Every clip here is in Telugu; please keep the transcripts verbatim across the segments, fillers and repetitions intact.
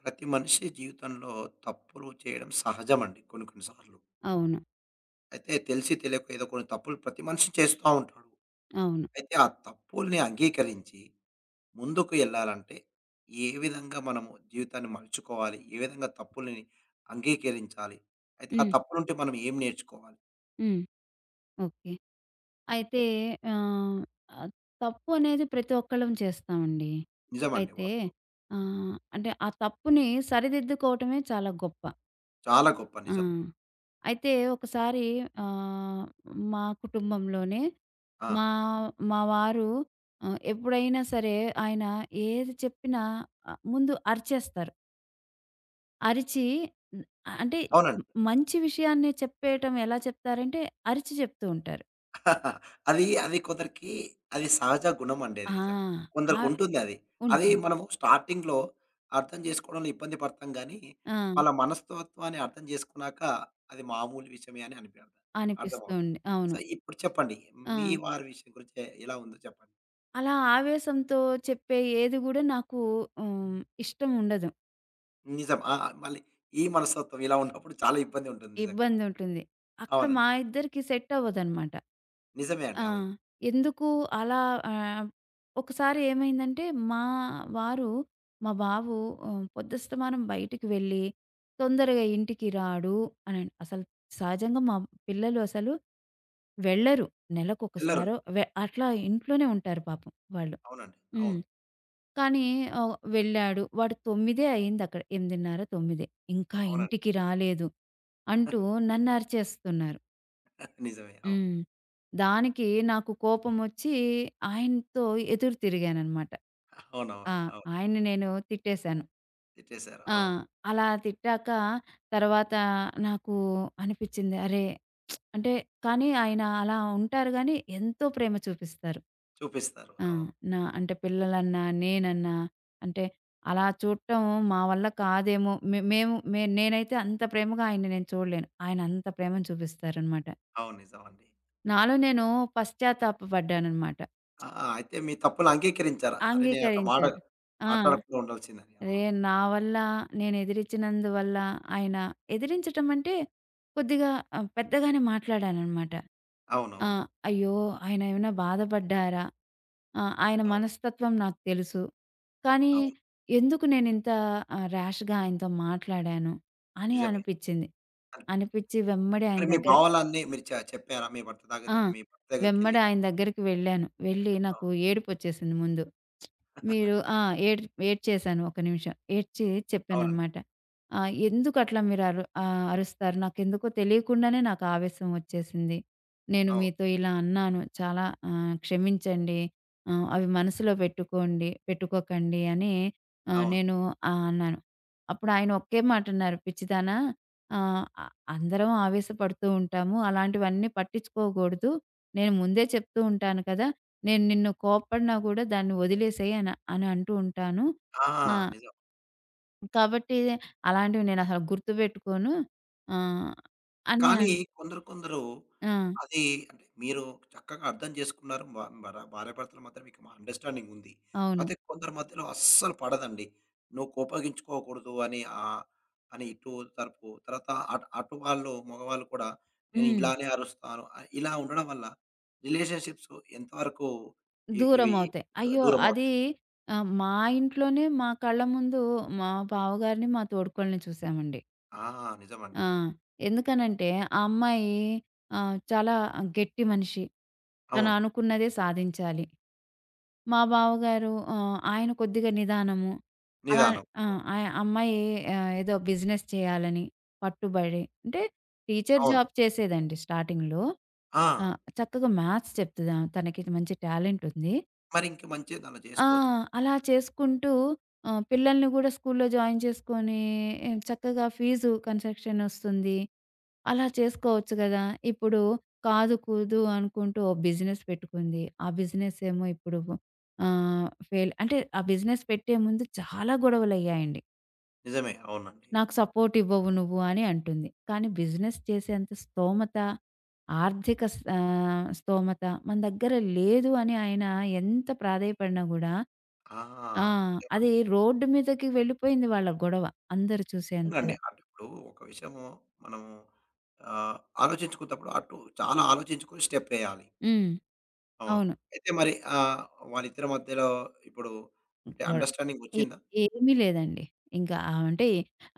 ప్రతి మనిషి జీవితంలో తప్పులు చేయడం సహజమండి కొన్ని కొన్ని సార్లు. అవును. అయితే తెలిసి తెలియక ఏదో కొన్ని తప్పులు ప్రతి మనిషి చేస్తా ఉంటాడు. అవును. అయితే ఆ తప్పుల్ని అంగీకరించి ముందుకు ఎళ్ళాలంటే ఏ విధంగా మనము జీవితాన్ని మలుచుకోవాలి? ఏ విధంగా తప్పుల్ని అంగీకరించాలి? అయితే ఆ హ్మ్. తప్పు నుండి మనం ఏం నేర్చుకోవాలి? హ్మ్. ఓకే. అయితే ఆహ్, ఆహ్, తప్పు అనేది ప్రతి ఒక్కళ్ళం చేస్తామండి. నిజమండి, అయితే వాస్తవం. ఆహ్, అంటే ఆ తప్పుని సరిదిద్దుకోవటమే చాలా గొప్ప. చాలా గొప్ప ఆ! నిజం. అయితే ఒకసారి ఆహ్, మా కుటుంబంలోనే ఆ! మా మా వారు ఆహ్, ఎప్పుడైనా సరే ఆయన ఏది చెప్పినా ఆహ్, ముందు అరిచేస్తారు. అరిచి అంటే అవునండి. మంచి విషయాన్ని చెప్పేయటం ఎలా చెప్తారంటే అరిచి చెప్తూ ఉంటారు. అది, అది కొందరికి అది సహజ గుణమండి అది ఆ! నిజంగా. ఆహ్, కొందరికుంటుందది. అది అది ఉంటుంది. మనము స్టార్టింగ్‌లో అర్థం చేసుకోవడంలో ఇబ్బంది పడతాం గానీ, ఆ! వాళ్ళ మనస్తత్వాన్ని అర్థం చేసుకున్నాక అది మామూలు విషయమే అని అనిపి అనిపిస్తూ అర్థమవుతుంది. ఉండే. సో, అవును. ఇప్పుడు చెప్పండి. ఆ! మీ వారి విషయం గురించి ఎ- ఎలా ఉందో చెప్పండి? అలా ఆవేశంతో చెప్పే ఏది గూడా నాకు హ్మ్, ఇష్టం ఉండదు. నిజం. ఆ! మళ్ళీ ఈ మనస్తత్వం ఇలా ఉన్నప్పుడు చాలా ఇబ్బంది ఉంటుంది నిజంగా. ఇబ్బందుంటుంది. అక్కడ మా అవునండి. ఇద్దరికీ సెట్ అవ్వదనమాట. నిజమే అండి. ఆ! అవును. ఎందుకు అలా ఆహ్, ఒకసారి ఏమైందంటే మా వారు మా బాబు ఆహ్, పొద్దస్తమానం బయటికి వెళ్ళి, తొందరగా ఇంటికి రాడు అనండ్ అసలు సహజంగా మా పిల్లలు అసలు వెళ్ళరు. ఎళ్లరు. నెలకొకసారో వె అట్లా ఇంట్లోనే ఉంటారు పాపం వాళ్ళు. అవునండి. అవును. హ్మ్. కానీ ఆహ్, వెళ్ళాడు. వాడు తొమ్మిది అయిందక్కడ. ఎనిమిదిన్నర, తొమ్మిది ఇంకా అవునండి. ఇంటికి రాలేదు అంటూ నన్నరిచేస్తున్నారు. నిజమే. అవును. హ్మ్. దానికి నాకు కోపమొచ్చి ఆయనతో ఎదురు తిరిగాననమాట. ఆ! అవునవును. అవును. ఆయన్ని నేను తిట్టేశాను. తిట్టేశారు. ఆ! అవును. అలా తిట్టాక తర్వాత నాకు అనిపిచ్చింది అరే! అంటే కానీ ఆయన అలా ఉంటారు గానీ ఎంతో ప్రేమ చూపిస్తారు. చూపిస్తారు. ఆ! అవును. నా అంటే పిల్లలన్నా, నేనన్నా అంటే అలా చూడటం మా వల్ల కాదేమో! మే మేము మే నేనైతే అంత ప్రేమగా ఆయన్ని నేను చూడలేను. ఆయన అంత ప్రేమను చూపిస్తారనమాట. అవును. నిజమండి. నాలో నేను పశ్చాత్తాపపడ్డాననమాట. ఆ! ఆ, అయితే మీ తప్పులు అంగీకరించారా? అరే! నేను అట్లా మాట అంగీకరించాను. ఆ! మాట్లాడకుండా ఉండాల్సిందని. రే అవును. నా వల్ల నేను ఎదిరించినందువల్ల ఆయన ఎదిరించటం అంటే కొద్దిగా ఆహ్, పెద్దగానే మాట్లాడాననమాట. ఆ! అవునవును. అవును. అయ్యో! ఆయన ఏమైనా బాధపడ్డారా? ఆహ్, ఆయన అవును. మనస్తత్వం నాకు తెలుసు. కానీ అవును ఎందుకు నేనింత ఆహ్, ర్యాష్‌గా ఆయనతో మాట్లాడాను అని నిజమే. అనిపిచ్చింది. అనిపించింది. అనిపిచ్చి వెమ్మడే మరి ఆయన మీ దగ్గర భావాలన్నీ మీరు చ చెప్పారా? మీ భర్త దగ్గర ఆ! మీ భర్త వెమ్మడే దగ్గరికెళ్ళి? ఆయన దగ్గరికి వెళ్ళాను. వెళ్ళి అవును. నాకు ఏడుపొచ్చేసింది ముందు. మీరు ఆ! ఏడ్ ఏడ్చేశాను ఒక నిమిషం. ఏడ్చి అవునండి. చెప్పాననమాట. ఆహ్, ఎందుకట్లా మీరు అరు ఆహ్, అరుస్తారు? నాకెందుకో తెలియకుండానే నాకు ఆవేశం వచ్చేసింది. నేను అవును. మీతో ఇలా అన్నాను. చాలా ఆహ్, క్షమించండి. ఆహ్, అవి మనసులో పెట్టుకోండి పెట్టుకోకండి అని ఆహ్, అవును. నేను ఆహ్, అన్నాను. అప్పుడు ఆయన ఒకే మాటన్నారు. పిచ్చిదానా! ఆహ్, అ అందరం ఆవేశపడుతూ ఉంటాము. అలాంటివన్నీ పట్టించుకోకూడదు. నేను ముందే చెప్తూ ఉంటాను కదా! నేను నిన్ను కోప్పడినా కూడా దాన్ని వదిలేసేయి అని అని అంటూ ఉంటాను. ఆ! ఆ! నిజం. కాబట్టి అలాంటివి నేనసలు గుర్తుపెట్టుకోను. ఆహ్, అని కానీ అండి. కొందరు కొందరు ఆ! అది అంటే మీరు చక్కగా అర్థం చేసుకున్నారు. మ మర భార్యాభర్తల మధ్య మీకు అండర్‌స్టాండింగ్ ఉంది. అవును. కాతే కొందరి మధ్యలో అస్సలు పడదండి. నువ్వు కోపగించుకోకూడదు అని ఆహ్, అని ఇటు తరపు తర్వాత అటు అటు వాళ్ళు మగవాళ్ళు కూడా నేను హ్మ్. ఇలానే అరుస్తాను. ఆహ్, ఇలా ఉండడం వల్ల రిలేషన్‌షిప్స్ ఎంతవరకు ఇ ఇవి దూరమవుతాయి. ద అయ్యో! దూరం అది అవుతాయి. ఆహ్, మా ఇంట్లోనే మా కళ్ళ ముందు మా బావగారిని, మా తోడికోడలిని చూసామండి. ఆ! నిజమండి. ఆ! ఎందుకనంటే ఆ అమ్మాయి ఆహ్, చాలా గట్టి మనిషి. తను అవును. అనుకున్నదే సాధించాలి. మా బావగారు ఆహ్, ఆయన కొద్దిగా నిదానము. అలా నిదానం. ఆ! అవును. ఆ అమ్మాయి ఆహ్, ఏదో బిజినెస్ చేయాలని పట్టుబడి అంటే టీచర్ అవును. జాబ్ చేసేదండి స్టార్టింగ్‌లో. ఆ! ఆ! చక్కగా మ్యాథ్స్ చెప్తది ఆమె. తనకి మంచి టాలెంట్ ఉంది. మరి ఇంక మంచిగా దాంట్లో ఆ! చేసుకోవచ్చు. అలా చేసుకుంటూ ఆహ్, పిల్లల్ని గూడా స్కూల్లో జాయిన్ చేసుకొని ఏ, చక్కగా ఫీజు కన్సెషన్ వస్తుంది. అలా చేసుకోవచ్చు గదా! ఇప్పుడు కాదు కూదు అనుకుంటూ ఓ బిజినెస్ పెట్టుకుంది. ఆ బిజినెస్ ఏమో ఇప్పుడు ఆహ్, ఫెయిల్ అంటే ఆ బిజినెస్ పెట్టే ముందు చాలా గొడవలయ్యాయండి. నిజమే. అవునండి. నాకు సపోర్ట్ ఇవ్వవు నువ్వు అని అంటుంది. కానీ బిజినెస్ చేసేంత స్థోమత, ఆర్థిక స్ ఆహ్, స్థోమత మన దగ్గర లేదు అని ఆయన ఎంత ప్రాధేయపడినా గూడా ఆ! ఆ! అది నిజమండి. రోడ్డు మీదకి వెళ్ళిపోయింది వాళ్ళ గొడవ. అందరూ నిజంగండి. చూసేంతగా. అంటే ఇప్పుడు ఒక విషయము మనము ఆహ్, ఆలోచించుకున్నప్పుడు అటు చాలా ఆలోచించుకొని స్టెప్పేయాలి. హ్మ్. అవును. అవును. అయితే మరి ఆహ్, వాళ్ళిద్దరి మధ్యలో ఇప్పుడు అంటే గొడ అండర్‌స్టాండింగ్ ఏ వచ్చిందా? ఏమీ లేదండి. ఇంకా ఆహ్, అంటే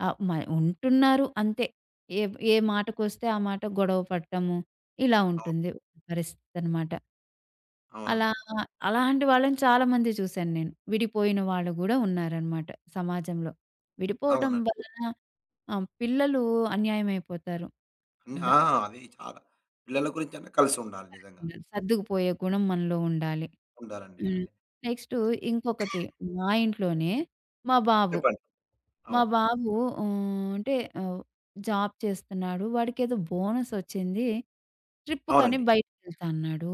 ఆహ్, మ ఉంటున్నారు అంతే. ఏ ఏ మాటకొస్తే ఆ మాట గొడవ పడటము ఇలా అవును. ఉంటుంది పరిస్థితనమాట. అలా అవునండి. అలాంటి వాళ్ళని చాలామంది చూశాను నేను. విడిపోయిన వాళ్ళు గూడా ఉన్నారనమాట సమాజంలో. విడిపోవటం అవునండి. వలన ఆహ్, పిల్లలు అన్యాయమైపోతారు. అన్ని ద ఆ! అది చాలా. పిల్లల గురించన్నా కలిసుండాలి నిజంగా. సర్దుకుపోయే గుణం మనలో ఉండాలి. ఉండాలండి. హ్మ్. అవును. నెక్స్టు ఇంకొకటి మా ఇంట్లోనే మా బాబు. చెప్పండి. మా అవును. బాబు ఆహ్, అంటే ఆహ్, జాబ్ చేస్తున్నాడు. వాడికేదో బోనసొచ్చింది. ట్రిప్పుకని అవునండి. బయటికెళ్తా అన్నాడు.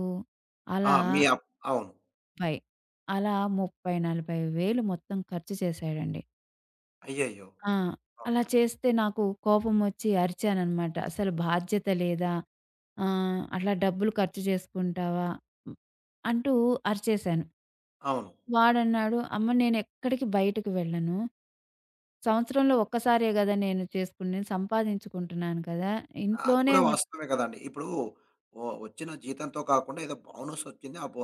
ఆ! అలా మీ అప్ అవును. ముప్పై అలా ముప్పై, నలభై వేలు మొత్తం ఖర్చు చేశాడండి. అయ్యయ్యో! ఆ! అవును. అలా చేస్తే నాకు కోపమొచ్చి అరిచాననమాట. "అసలు బాధ్యత లేదా? ఆహ్, అట్లా డబ్బులు ఖర్చు చేసుకుంటావా?" హ్మ్, అంటూ అరిచేశాను. అవును. వాడన్నాడు, "అమ్మ నేనెక్కడికి బయటకి వెళ్ళను. సంవత్సరంలో ఒక్కసారే గదా! నేను చేసుకునేది. సంపాదించుకుంటున్నాను కదా! అది ఇంట్లోనే కూడా ఉం వాస్తవమే కదండీ. ఇప్పుడు వ వచ్చిన జీతంతో కాకుండా ఏదో బోనస్ వచ్చింది. ఆ బో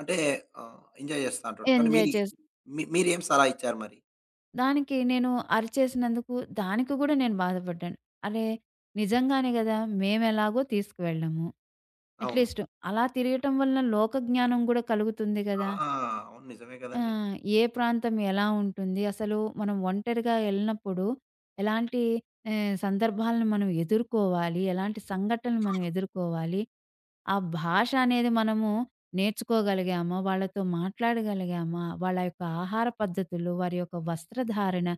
అంటే ఆహ్, ఎంజాయ్ చేస్తా అంటాడు. కానీ ఎంజాయ్ మీరు చేస్" మీ మీరేం సలహా ఇచ్చారు మరి? దానికి నేను అరిచేసినందుకు దానికి గూడా నేను బాధపడ్డాను. అరే! నిజంగానే గదా! మేమెలాగో తీసుకువెళ్ళము. అవును. అట్‌లీస్ట్ అలా తిరగటం వలన లోక జ్ఞానం గూడా కలుగుతుంది గదా! ఆ! అవును. నిజమే ఆ! కదండీ. ఏ ప్రాంతం ఎలా ఉంటుంది? అసలు మనం ఒంటరిగా ఎళ్ళినప్పుడు ఎలాంటి ఆహ్, సందర్భాలను మనం ఎదుర్కోవాలి? ఎలాంటి సంఘటనలు మనం ఎదుర్కోవాలి? ఆ భాష అనేది మనము నేర్చుకోగలిగామా, వాళ్ళతో మాట్లాడగలిగామా, వాళ్ళ యొక్క ఆహార పద్ధతులు, వారి యొక్క వస్త్రధారణ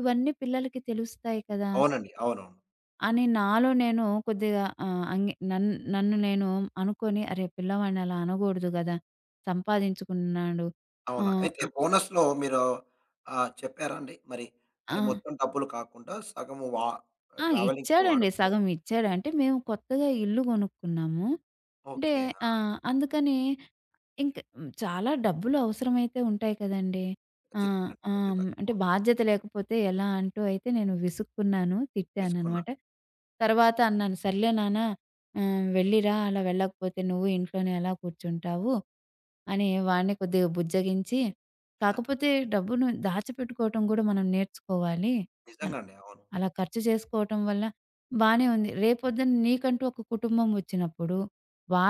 ఇవన్నీ పిల్లలకి తెలుస్తాయి కదా! అవునండి. అవునవును. అని నాలో నేను కొద్దిగా ఆహ్, అంగీ నన్ నన్ను నేను అనుకోని అరే! పిల్లవాడిని అలా అనకూడదు గదా! సంపాదించుకున్నాడు. అవును. ఆహ్, అయితే అ బోనస్‌లో మీరు ఆహ్, చెప్పారా అండి? మరి ఆ! అంటే మొత్తం డబ్బులు కాకుండా సగం వా ఆ! ట్రావెలింగ్‌కి ఇచ్చాడండి. వాడకు. సగం ఇచ్చాడు. అంటే మేము కొత్తగా ఇల్లు కొనుక్కున్నాము. అంటే ఓకే. ఆ! ఆహ్, అందుకని ఇంక హ్మ్. చాలా డబ్బులు అవసరమైతే ఉంటాయి కదండీ! ఆ! ఖచ్చితంగా అండి. ఆ! హ్మ్. ఖచ్చితంగా. అంటే అవును. బాధ్యత లేకపోతే ఎలా అంటూ అయితే నేను విసుక్కున్నాను. తిట్టాననమాట. తీసుకున్నారు. తర్వాత అన్నాను, "సర్లే నాన్న ఆహ్, వెళ్ళిరా అలా వెళ్ళకపోతే నువ్వు ఇంట్లోనే ఎలా కూర్చుంటావు" అని వాడిని కొద్దిగా బుజ్జగించి, "కాకపోతే డబ్బును దాచిపెట్టుకోవటం గూడా మనం నేర్చుకోవాలి. అల్ నిజంగా అండి. అవును. అలా ఖర్చు చేసుకోవటం వల్ల బానే ఉంది. రేపొద్దున నీకంటూ ఒక కుటుంబం వచ్చినప్పుడు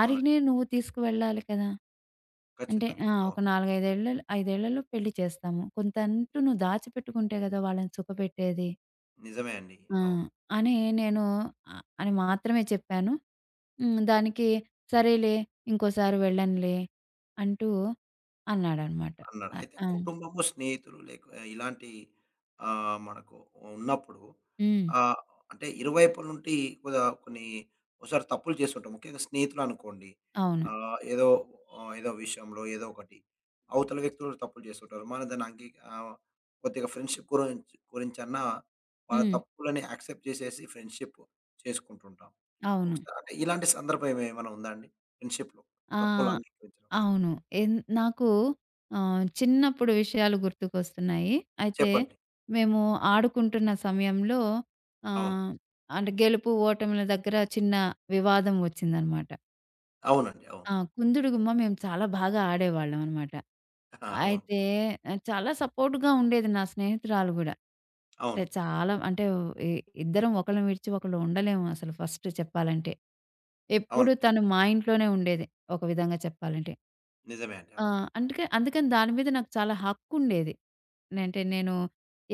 అవునండి. నువ్వు తీసుకువెళ్ళాలి కదా!" అంటే ఖచ్చితంగా. ఆ! ఒక అవును. నాలుగు, ఐదు ఏళ్ల ఐదు ఏళ్లలో పెళ్లి చేస్తాము. కొంతంటూ నువ్వు దాచిపెట్టుకుంటే గదా! వాళ్ళని సుఖపెట్టేది. నిజమే అండి. ఆ! అవును. అని నేను ఆహ్, అని మాత్రమే చెప్పాను. హ్మ్. దానికి సరేలే ఇంకోసారి వెళ్ళనులే అంటూ అన్నాడనమాట. అన్నాడు. అ! అయితే ఆ! కుటుంబము, స్నేహితులు లేక ఇలాంటి ఆహ్, మనకు ఉన్నప్పుడు హ్మ్. ఆహ్, అంటే ఇరువైపుల నుండి కొద కొన్ని ఓసారి తప్పులు చేస్తుంటాం. ముఖ్యంగా స్నేహితులు అనుకోండి. అవును. ఆహ్, ఏదో ఆహ్, ఏదో విషయంలో ఏదో ఒకటి అవతల వ్యక్తులు తప్పులు చేస్తుంటారు. మనం దాన్ని అంగీ ఆహ్, కొద్దిగా ఫ్రెండ్షిప్ గురించి గురించన్నా వాళ్ళ హ్మ్. తప్పులని యాక్సెప్ట్ చేసేసి ఫ్రెండ్షిప్ చేసుకుంటుంటాం. అవును. ఒకసారి అంటే ఇలాంటి సందర్భం ఏమైనా ఉందా అండి? ఫ్రెండ్షిప్‌లో తప్పులు ఆ! అంగీకరించడం. అవును. ఎన్ నాకు ఆహ్, చిన్నప్పుడు విషయాలు గుర్తుకొస్తున్నాయి. అయితే చెప్పండి. మేము ఆడుకుంటున్న సమయంలో అవును. ఆహ్, అంటే గెలుపు, ఓటముల దగ్గర చిన్న వివాదం ఒచ్చిందనమాట. అవునండి. అవును. ఆ! కుందుడు గుమ్మ మేము చాలా బాగా ఆడేవాళ్ళం అనమాట. ఆ! అవును. అయితే ఆహ్, చాలా సపోర్ట్‌గా ఉండేది నా స్నేహితురాలు గూడా. అవును. అంటే చాలా అంటే ఇ ఇద్దరం ఒకళ్ళని విడిచి ఒకళ్ళు ఉండలేము అసలు ఫస్ట్ చెప్పాలంటే. ఎప్పుడు అవునండి. తను మా ఇంట్లోనే ఉండేది ఒక విధంగా చెప్పాలంటే. నిజమే అండి. ఆ! అవును. అందుకే అందుకని దాని మీద నాకు చాలా హక్కుండేది. అంటే నేను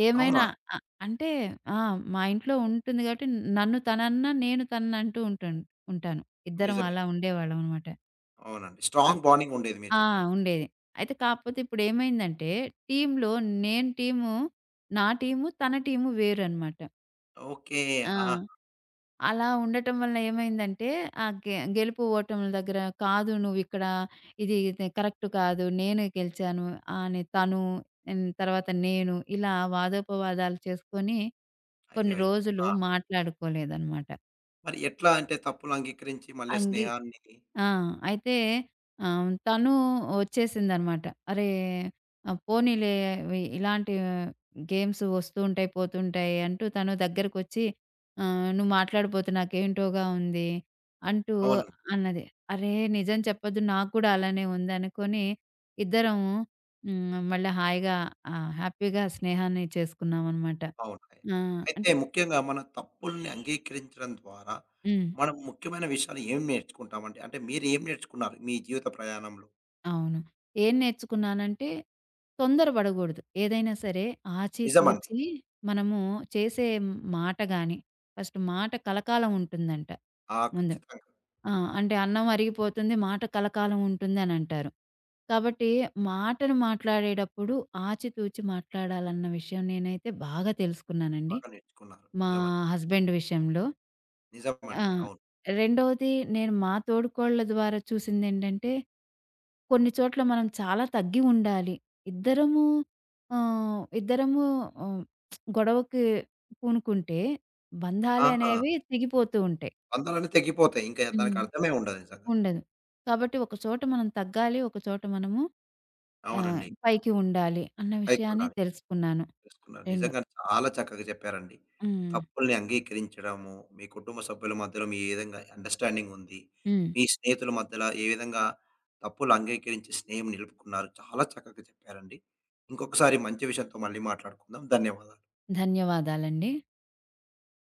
ఏమైనా అవునా? అ అంటే ఆ! మా ఇంట్లో ఉంటుంది కాబట్టి నన్ను తనన్నా, నేను తననంటూ ఉంటాను ఉంటాను. ఇద్దరం నిజమే. అలా ఉండేవాళ్ళం అనమాట. అవునండి. అద్ స్ట్రాంగ్ బాండింగ్ ఉండేది మీరు ఆ! చెప్పినట్టు. ఉండేది. అయితే కాకపోతే ఇప్పుడేమైందంటే టీమ్‌లో నేను టీము, నా టీము, తన టీము వేరనమాట. ఓకే. ఆ! ఆహా! అలా ఉండటం వల్ల ఏమైందంటే, ఆ గె గెలుపు ఓటముల దగ్గర కాదు నువ్విక్కడ ఇది ఇది కరెక్ట్ కాదు. నేనే గెలిచాను అని తను హ్మ్. తర్వాత నేను ఇలా వాదోపవాదాలు చేసుకొని కొన్ని అయ్యయ్యో! రోజులు ఆ! మాట్లాడుకోలేదనమాట. మరి ఎట్లా అంటే తప్పులు అంగీకరించి మళ్ళీ ఆ అంగీ స్నేహాన్ని ఆ! అయితే ఆహ్, తను వచ్చేసిందనమాట. అరే! ఆహ్, పోనీలే వి ఇలాంటి గేమ్స్ వస్తూ ఉంటాయి, పోతుంటాయి అంటూ తను దగ్గరకొచ్చి ఆహ్, "నువ్వు మాట్లాడపోతే నాకేంటోగా ఉంది" అంటూ అవును. అన్నది. అరే! నిజం చెప్పొద్దు నాకు కూడా అలానే ఉందనుకోని ఇద్దరం హ్మ్. మళ్ళా హాయిగా ఆహ్, హ్యాపీగా స్నేహాన్ని చేసుకున్నామనమాట. అవును. ఆ! అయితే అంటే ముఖ్యంగా మన తప్పుల్ని అంగీకరించడం ద్వారా హ్మ్. మనం ముఖ్యమైన విషయాలు ఏం నేర్చుకుంటామండి? అంటే మీరు ఏం నేర్చుకున్నారు మీ జీవిత ప్రయాణంలో? అవును. ఏం నేర్చుకున్నానంటే, తొందర పడగూడదు. ఏదైనా సరే నిజమండి. ఆచితూచి మనము చేసే మాట గాని, ఫస్ట్ మాట కలకాలం ఉంటుందంట ఆ! ముందు. ఖచ్చితంగా. ఆ! అంటే అన్నం అరిగిపోతుంది, మాట కలకాలం ఉంటుందనంటారు. కాబట్టి మాటను మాట్లాడేటప్పుడు ఆచితూచి మాట్లాడాలన్న విషయం నేనైతే బాగా తెలుసుకున్నానండి. బాగా నేర్చుకున్నారు. మా నిజమండి. హస్బెండ్ విషయంలో. ఆ! నిజమండి. అవును. రెండోది నేను మా తోడికోడళ్ళ ద్వారా చూసిందేంటంటే కొన్ని చోట్ల మనం చాలా తగ్గి ఉండాలి. ఇద్దరము ఆహ్, ఇద్దరము ఆహ్, గొడవకి పూనుకుంటే బంధాలే ఆ! అనేవి తెగిపోతూ ఉంటాయి. బంధాలన్నీ తెగిపోతాయి. ఇంకా దానికి హ్మ్. అర్థమే ఉండదు నిజంగా. ఉండదు. కాబట్టి ఒక చోట మనం తగ్గాలి. ఒక చోట మనము ఆహ్, అవునండి. పైకి ఉండాలి అన్న విషయాన్ని పైకుండాలి. తెలుసుకున్నాను. తెలుసుకున్నారు. రెండు నిజంగా చాలా చక్కగా చెప్పారండి. హ్మ్. తప్పుల్ని అంగీకరించడము, మీ కుటుంబ సభ్యుల మధ్యలో మీ ఏ విధంగా అండర్‌స్టాండింగ్ ఉంది. హ్మ్. మీ స్నేహితుల మధ్యల ఏ విధంగా తప్పులు అంగీకరించి స్నేహం నిలుపుకున్నారు. చాలా చక్కగా చెప్పారండి. ఇంకొకసారి మంచి విషయంతో మళ్ళీ మాట్లాడుకుందాం. ధన్యవాదాలు. ధన్యవాదాలండి.